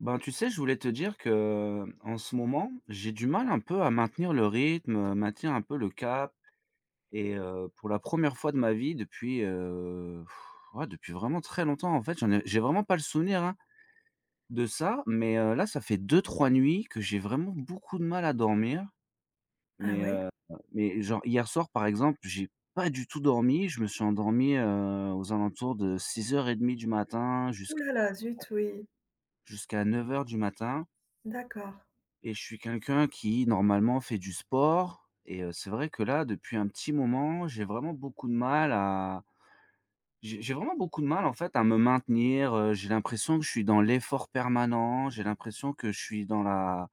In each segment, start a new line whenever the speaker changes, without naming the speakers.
Ben, tu sais, je voulais te dire que, en ce moment, j'ai du mal un peu à maintenir le rythme, maintenir un peu le cap, et pour la première fois de ma vie depuis vraiment très longtemps, en fait, j'ai vraiment pas le souvenir, hein, de ça, mais là, ça fait deux trois nuits que j'ai vraiment beaucoup de mal à dormir,
Ah
mais
ouais?
heu, mais genre hier soir, par exemple, j'ai pas du tout dormi, je me suis endormi, aux alentours de 6:30 du matin
Ouh là là, zut, oui.
jusqu'à 9 heures du matin.
D'accord,
Et je suis quelqu'un qui normalement fait du sport, et c'est vrai que là, depuis un petit moment, j'ai vraiment beaucoup de mal en fait à me maintenir. J'ai l'impression que je suis dans l'effort permanent, j'ai l'impression que je suis dans la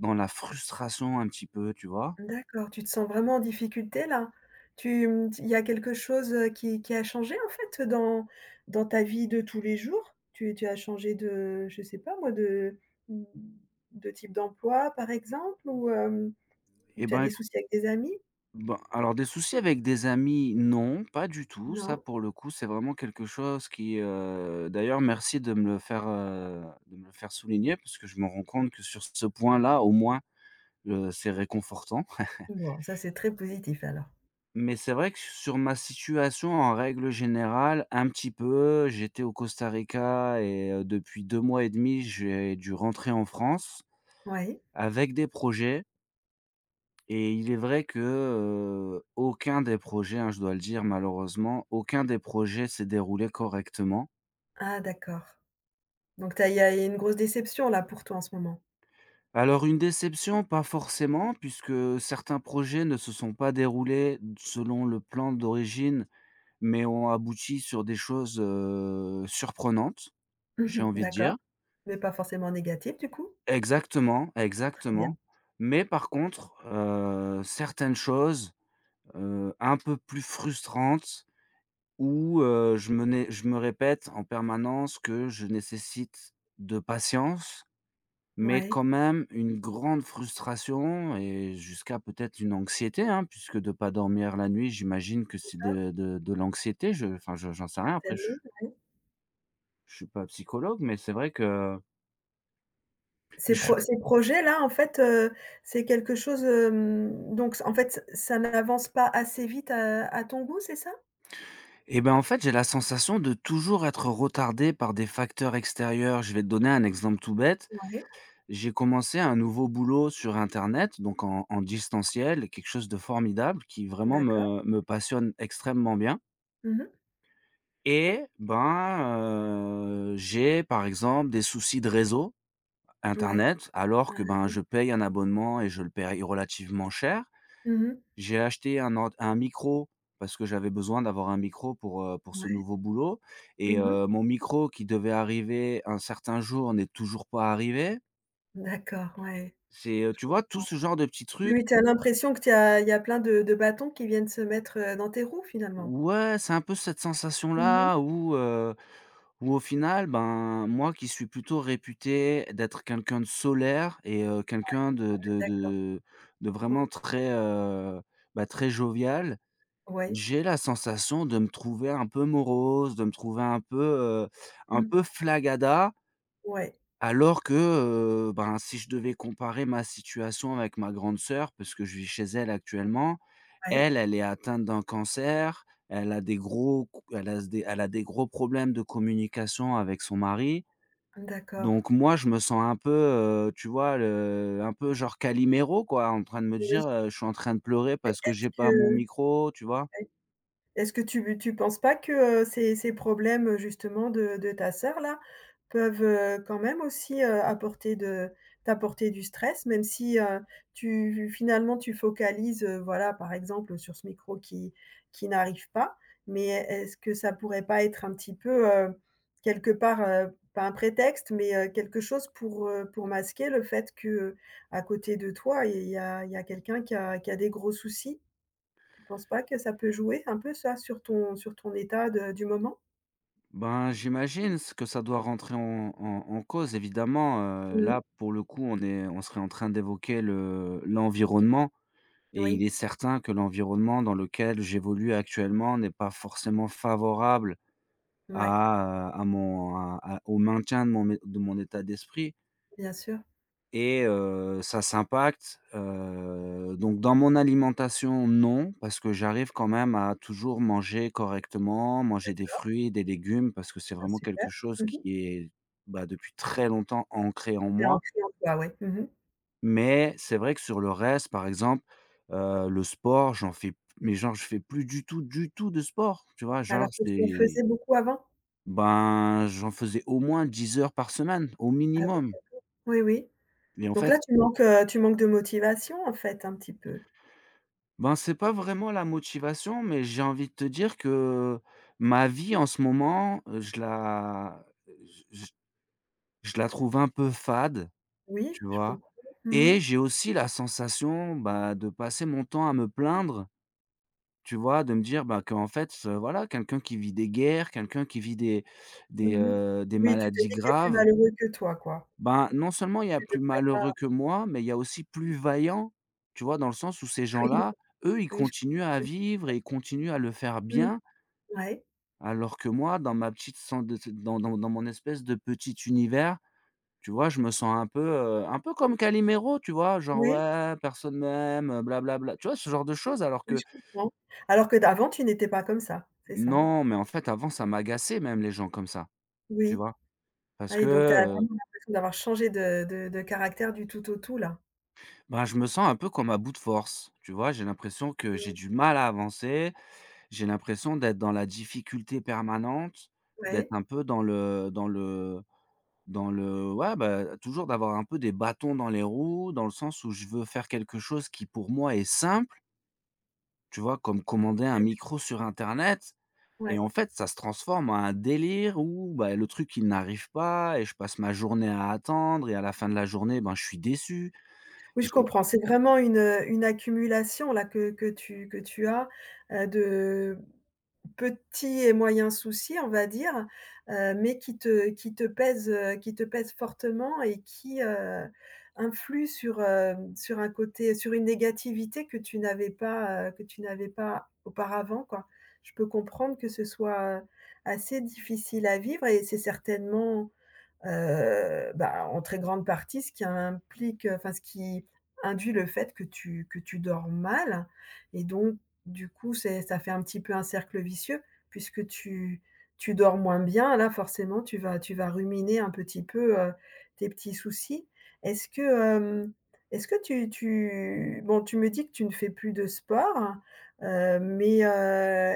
dans la frustration un petit peu, tu vois?
d'accord. Tu te sens vraiment en difficulté là? Il y a quelque chose, qui a changé en fait dans dans ta vie de tous les jours? Tu as changé de, je sais pas moi, de, mmh, de type d'emploi par exemple, ou ou
Et
tu as
ben,
des
écou
soucis avec des amis?
Ben, alors des soucis avec des amis, non, pas du tout. Ça
Non?
pour le coup, c'est vraiment quelque chose qui, d'ailleurs merci de me le faire, de me le faire souligner, parce que je me rends compte que sur ce point-là, au moins… C'est réconfortant.
Bon, ça c'est très positif alors.
Mais c'est vrai que sur ma situation, en règle générale, un petit peu. J'étais au Costa Rica, et depuis 2 mois et demi, j'ai dû rentrer en France
Oui.
avec des projets, et il est vrai que, aucun des projets, hein, je dois le dire malheureusement, aucun des projets s'est déroulé correctement.
Ah d'accord. Donc tu as, il y a, il y a une grosse déception là pour toi en ce moment?
Alors une déception, pas forcément, puisque certains projets ne se sont pas déroulés selon le plan d'origine, mais ont abouti sur des choses, surprenantes, j'ai
Mmh.
envie de
D'accord,
dire.
mais pas forcément négative du coup?
Exactement, exactement.
Bien.
Mais par contre, certaines choses un peu plus frustrantes où, je me répète en permanence que je nécessite de patience, mais
Ouais,
quand même une grande frustration et jusqu'à peut-être une anxiété, hein, puisque de pas dormir la nuit, j'imagine que c'est de l'anxiété, je enfin je j'en sais rien après je…
totalement, ouais.
Je suis pas psychologue, mais c'est vrai que je
Ces
suis
pro ces projets-là, en fait, c'est quelque chose, donc en fait, ça n'avance pas assez vite à ton goût, c'est ça?
en fait, j'ai la sensation de toujours être retardé par des facteurs extérieurs. Je vais te donner un exemple tout bête.
Ouais,
J'ai commencé un nouveau boulot sur internet, donc en distanciel, quelque chose de formidable qui vraiment
d'accord.
me passionne extrêmement bien,
Mmh.
et ben, j'ai par exemple des soucis de réseau
Ouais,
internet alors que,
ouais.
ben, je paye un abonnement et je le paye relativement cher.
Mmh.
J'ai acheté un ord un micro parce que j'avais besoin d'avoir un micro pour ce
Ouais.
nouveau boulot, et
Mmh.
mon micro qui devait arriver un certain jour n'est toujours pas arrivé.
D'accord, ouais,
C'est,
je
tu vois, tout
comprends.
ce genre de petits
Oui,
trucs.
oui, tu as l'impression que tu as, il y a plein de bâtons qui viennent se mettre, dans tes roues, finalement?
Ouais, c'est un peu cette
Mmh. Ouais,
sensation-là où, où au final, ben, moi qui suis plutôt réputé d'être quelqu'un de solaire et quelqu'un de de
d'accord,
de de
je
vraiment
comprends.
très, bah, très jovial.
Ouais.
J'ai la sensation de me trouver un peu morose, de me trouver un
Mmh.
peu flagada,
Ouais,
alors que, ben, si je devais comparer ma situation avec ma grande sœur, parce que je vis chez elle actuellement,
ouais.
elle, elle est atteinte d'un cancer, elle a des gros problèmes de communication avec son mari.
D'accord.
Donc moi, je me sens un peu, tu vois, le un peu genre Calimero, quoi, en train de me
Oui,
dire,
est-ce
«Je suis en train de pleurer parce que j'ai pas mon
que
micro», tu vois?
Est-ce que tu penses pas que, ces ces problèmes justement de ta sœur là, peuvent, quand même aussi, apporter de t'apporter du stress? Même si, tu, finalement tu focalises, voilà, par exemple sur ce micro qui n'arrive pas, mais est-ce que ça pourrait pas être un petit peu, quelque part, pas un prétexte, mais, quelque chose pour masquer le fait que, à côté de toi, il y a, il y a quelqu'un qui a, qui a des gros soucis? Tu penses pas que ça peut jouer un peu, ça, sur ton, sur ton état de du moment?
Ben, j'imagine ce que ça doit rentrer en cause évidemment.
Mmh.
Là pour le coup, on serait en train d'évoquer le l'environnement, et il
Oui,
est certain que l'environnement dans lequel j'évolue actuellement n'est pas forcément favorable
ouais,
à mon à au maintien de mon mé de mon état d'esprit.
bien sûr.
Et ça s'impacte, donc dans mon alimentation, non, parce que j'arrive quand même à toujours manger correctement, manger des fruits, des légumes, parce que c'est
Ah
vraiment
super.
quelque chose
Mmh
qui
mh.
est, bah, depuis très longtemps ancré en
C'est
moi.
ancré en toi, ouais. Mmh mh.
Mais c'est vrai que sur le reste, par exemple, le sport, j'en fais, mais genre, je fais plus du tout de sport, tu vois? Genre,
Alors que tu en
c'est…
faisais beaucoup avant?
Ben, j'en faisais au moins 10 heures par semaine, au
Ah oui?
minimum,
Oui, oui.
et en
Donc
fait…
là, tu manques de motivation, en fait, un petit peu?
Ben, c'est pas vraiment la motivation, mais j'ai envie de te dire que ma vie en ce moment, je la trouve un peu fade,
Oui,
tu
je
vois?
comprends. Mmh mh.
Et j'ai aussi la sensation, bah, de passer mon temps à me plaindre, tu vois? De me dire, bah, qu'en fait, voilà, quelqu'un qui vit des guerres, quelqu'un qui vit des des,
Mmh mh.
heu, des
Oui, tu te
maladies
dis qu'il y a plus
graves.
malheureux que toi, quoi.
Ben, non seulement il y a
Tu
plus
devrais pas.
malheureux que moi, mais il y a aussi plus vaillant, tu vois? Dans le sens où ces
Oui,
gens-là, eux, ils
oui, je
continuent
comprends
à
ce que tu,
vivre et ils continuent à le faire
mmh,
bien,
ouais.
alors que moi, dans ma petite cen de dans dans dans mon espèce de petit univers, tu vois? Je me sens un peu comme Calimero, tu vois? Genre:
Oui,
«Ouais, personne m'aime, bla…» Tu vois? Ce genre de choses, alors
oui,
que
je comprends. Alors que d avant, tu n'étais pas comme ça, c'est ça, hein?
non, mais en fait, avant, ça m'agaçait même les gens comme ça, tu
Oui.
vois?
Ah
Parce que,
oui, donc tu as vraiment l'impression d'avoir changé de de caractère du tout au tout là?
ben, je me sens un peu comme à bout de force, tu vois? J'ai l'impression que j'ai
Mmh,
du mal à avancer. J'ai l'impression d'être dans la difficulté permanente, d'être
ouais,
un peu dans le ouais, bah, toujours d'avoir un peu des bâtons dans les roues, dans le sens où je veux faire quelque chose qui pour moi est simple, tu vois? Comme commander un micro sur internet, et
ouais.
en fait, ça se transforme en un délire où, bah, le truc, il n'arrive pas et je passe ma journée à attendre, et à la fin de la journée, ben, je suis déçu.
Oui,
Je
je comprends. C'est vraiment une accumulation là que que tu as, de petits et moyens soucis, on va dire, mais qui te, qui te pèsent fortement et qui, influent sur, sur un côté, sur une négativité que tu n'avais pas, que tu n'avais pas auparavant, quoi. Je peux comprendre que ce soit, assez difficile à vivre et c'est certainement, bah, en très grande partie, ce qui implique, enfin, ce qui induit le fait que tu dors mal, et donc du coup, c'est ça fait un petit peu un cercle vicieux puisque tu, tu dors moins bien. Là, forcément, tu vas ruminer un petit peu, tes petits soucis. Est-ce que, est-ce que tu bon, tu me dis que tu ne fais plus de sport, mais,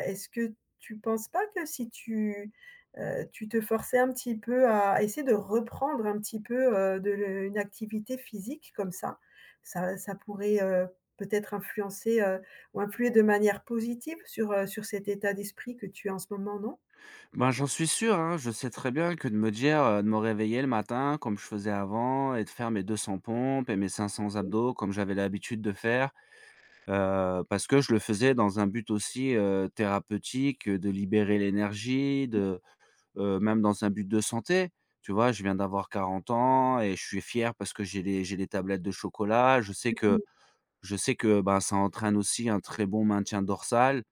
est-ce que tu penses pas que si tu, tu te forçais un petit peu à essayer de reprendre un petit peu, de le une activité physique comme ça. Ça pourrait, peut-être influencer, ou influer de manière positive sur, sur cet état d'esprit que tu as en ce moment, non?
Ben, j'en suis sûr, hein. Je sais très bien que de me dire, de me réveiller le matin comme je faisais avant et de faire mes 200 pompes et mes cinq cents
Oui.
abdos comme j'avais l'habitude de faire, parce que je le faisais dans un but aussi, thérapeutique, de libérer l'énergie, de, même dans un but de santé. Tu vois? Je viens d'avoir 40 ans et je suis fier parce que j'ai les tablettes de chocolat.
Oui.
Je sais que, bah, ça entraîne aussi un très bon maintien dorsal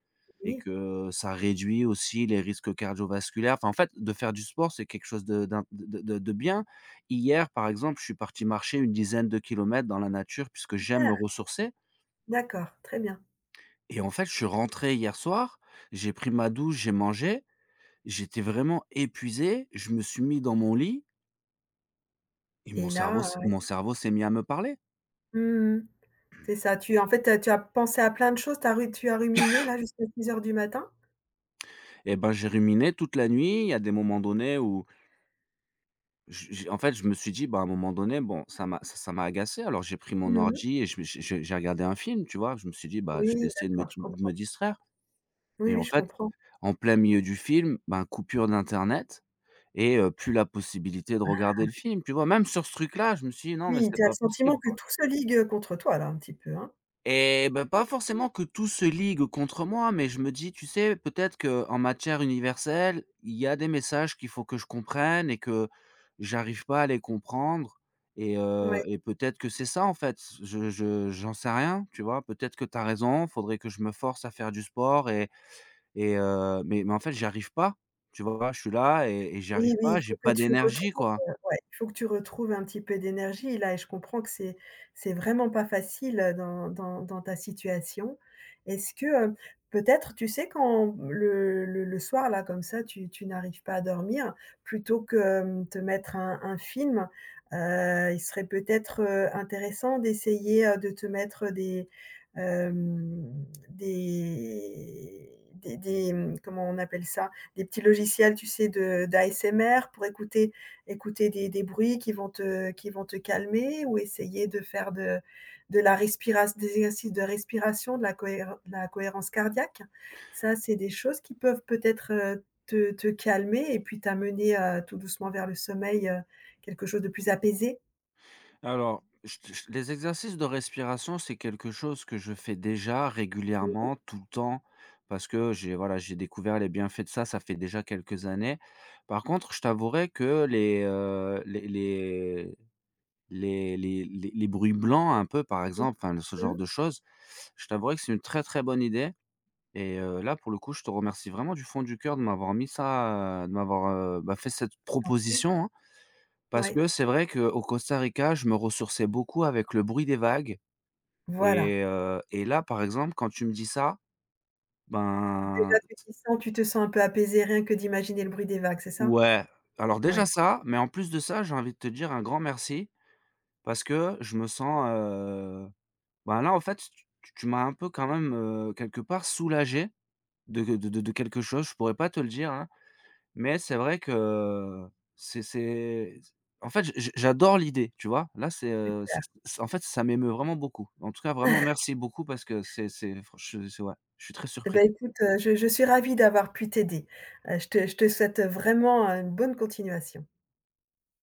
et
Oui.
que ça réduit aussi les risques cardiovasculaires. Enfin, en fait, de faire du sport, c'est quelque chose de d'in de bien. Hier, par exemple, je suis parti marcher une dizaine de kilomètres dans la nature, puisque j'aime me
Super,
ressourcer,
d'accord, très bien.
et en fait, je suis rentré hier soir, j'ai pris ma douche, j'ai mangé, j'étais vraiment épuisé, je me suis mis dans mon lit, et
Et là,
mon cerveau s'est mis à me parler,
heu mmh c'est ça, tu, en fait, tu as pensé à plein de choses, tu as ruminé là jusqu'à six heures du matin?
et ben, j'ai ruminé toute la nuit. Il y a des moments donnés où… J j en fait, je me suis dit: «Bah, à un moment donné, bon, ça m'a agacé». Alors j'ai pris mon
Mmh.
ordi et je me j'ai regardé un film, tu vois? Je me suis dit: «Bah,
Oui,
je vais essayer de
d'accord, je comprends.
me distraire»,
Oui,
et
oui,
en
je
fait,
comprends.
en plein milieu du film, ben, coupure d'internet, et plus la possibilité de regarder le film, tu vois? Même sur ce truc-là, je me suis dit: «Non, mais
Oui,
c'est
tu as le
pas possible».
sentiment que tout se ligue, contre toi là un petit peu, hein?
Et ben pas forcément que tout se ligue contre moi, mais je me dis, tu sais, peut-être qu'en matière universelle, il y a des messages qu'il faut que je comprenne et que j'arrive pas à les comprendre,
Ouais.
et peut-être que c'est ça, en fait. Je J'en sais rien, tu vois? Peut-être que tu as raison, faudrait que je me force à faire du sport, mais en fait, j'y arrive pas, tu vois? Je suis là, et j'y
Oui,
arrive
oui, il
pas, j'ai
faut que
pas
tu
d'énergie,
retrouves,
quoi.
ouais, il faut que tu retrouves un petit peu d'énergie là, et je comprends que c'est vraiment pas facile, dans dans ta situation. Est-ce que, peut-être, tu sais, quand le le soir là, comme ça, tu n'arrives pas à dormir, plutôt que, te mettre un film, il serait peut-être, intéressant d'essayer, de te mettre des, hem, des des, mmh, comment on appelle ça? Des petits logiciels, tu sais, de d'ASMR pour écouter, écouter des bruits qui vont te, qui vont te calmer, ou essayer de faire de la respiration, des exercices de respiration, de la cohérence cardiaque. Ça, c'est des choses qui peuvent peut-être, te te calmer et puis t'amener, tout doucement vers le sommeil, quelque chose de plus apaisé.
Je, les exercices de respiration, c'est quelque chose que je fais déjà
Oui,
régulièrement, tout le temps, parce que j'ai voilà, j'ai découvert les bienfaits de ça, ça fait déjà quelques années. Par contre, je t'avouerai que les, bruits blancs un peu, par
oui.
exemple, enfin, ce genre
Mmh,
de choses, je t'avouerai que c'est une très, très bonne idée, et là, pour le coup, je te remercie vraiment du fond du cœur de m'avoir mis ça, de m'avoir, bah, fait cette
oui.
proposition, hein. Parce
Ouais,
que c'est vrai qu'au Costa Rica, je me ressourçais beaucoup avec le bruit des vagues,
voilà.
et là, par exemple, quand tu me dis ça, ben…
Déjà, tu te sens un peu apaisé rien que d'imaginer le bruit des vagues, c'est ça?
Ouais. Alors déjà
Ouais.
ça, mais en plus de ça, j'ai envie de te dire un grand merci, parce que je me sens, ben là, en fait, tu m'as un peu quand même, quelque part soulagé de quelque chose. Je pourrais pas te le dire, hein. Mais c'est vrai que c'est en fait, j'adore l'idée, tu vois? Là, c'est, c c en fait, ça m'émeut vraiment beaucoup. En tout cas, vraiment merci beaucoup, parce que c'est ouais, je suis très
Eh
surpris.
ben, écoute, je suis ravie d'avoir pu t'aider. Je te, je te souhaite vraiment, une bonne continuation.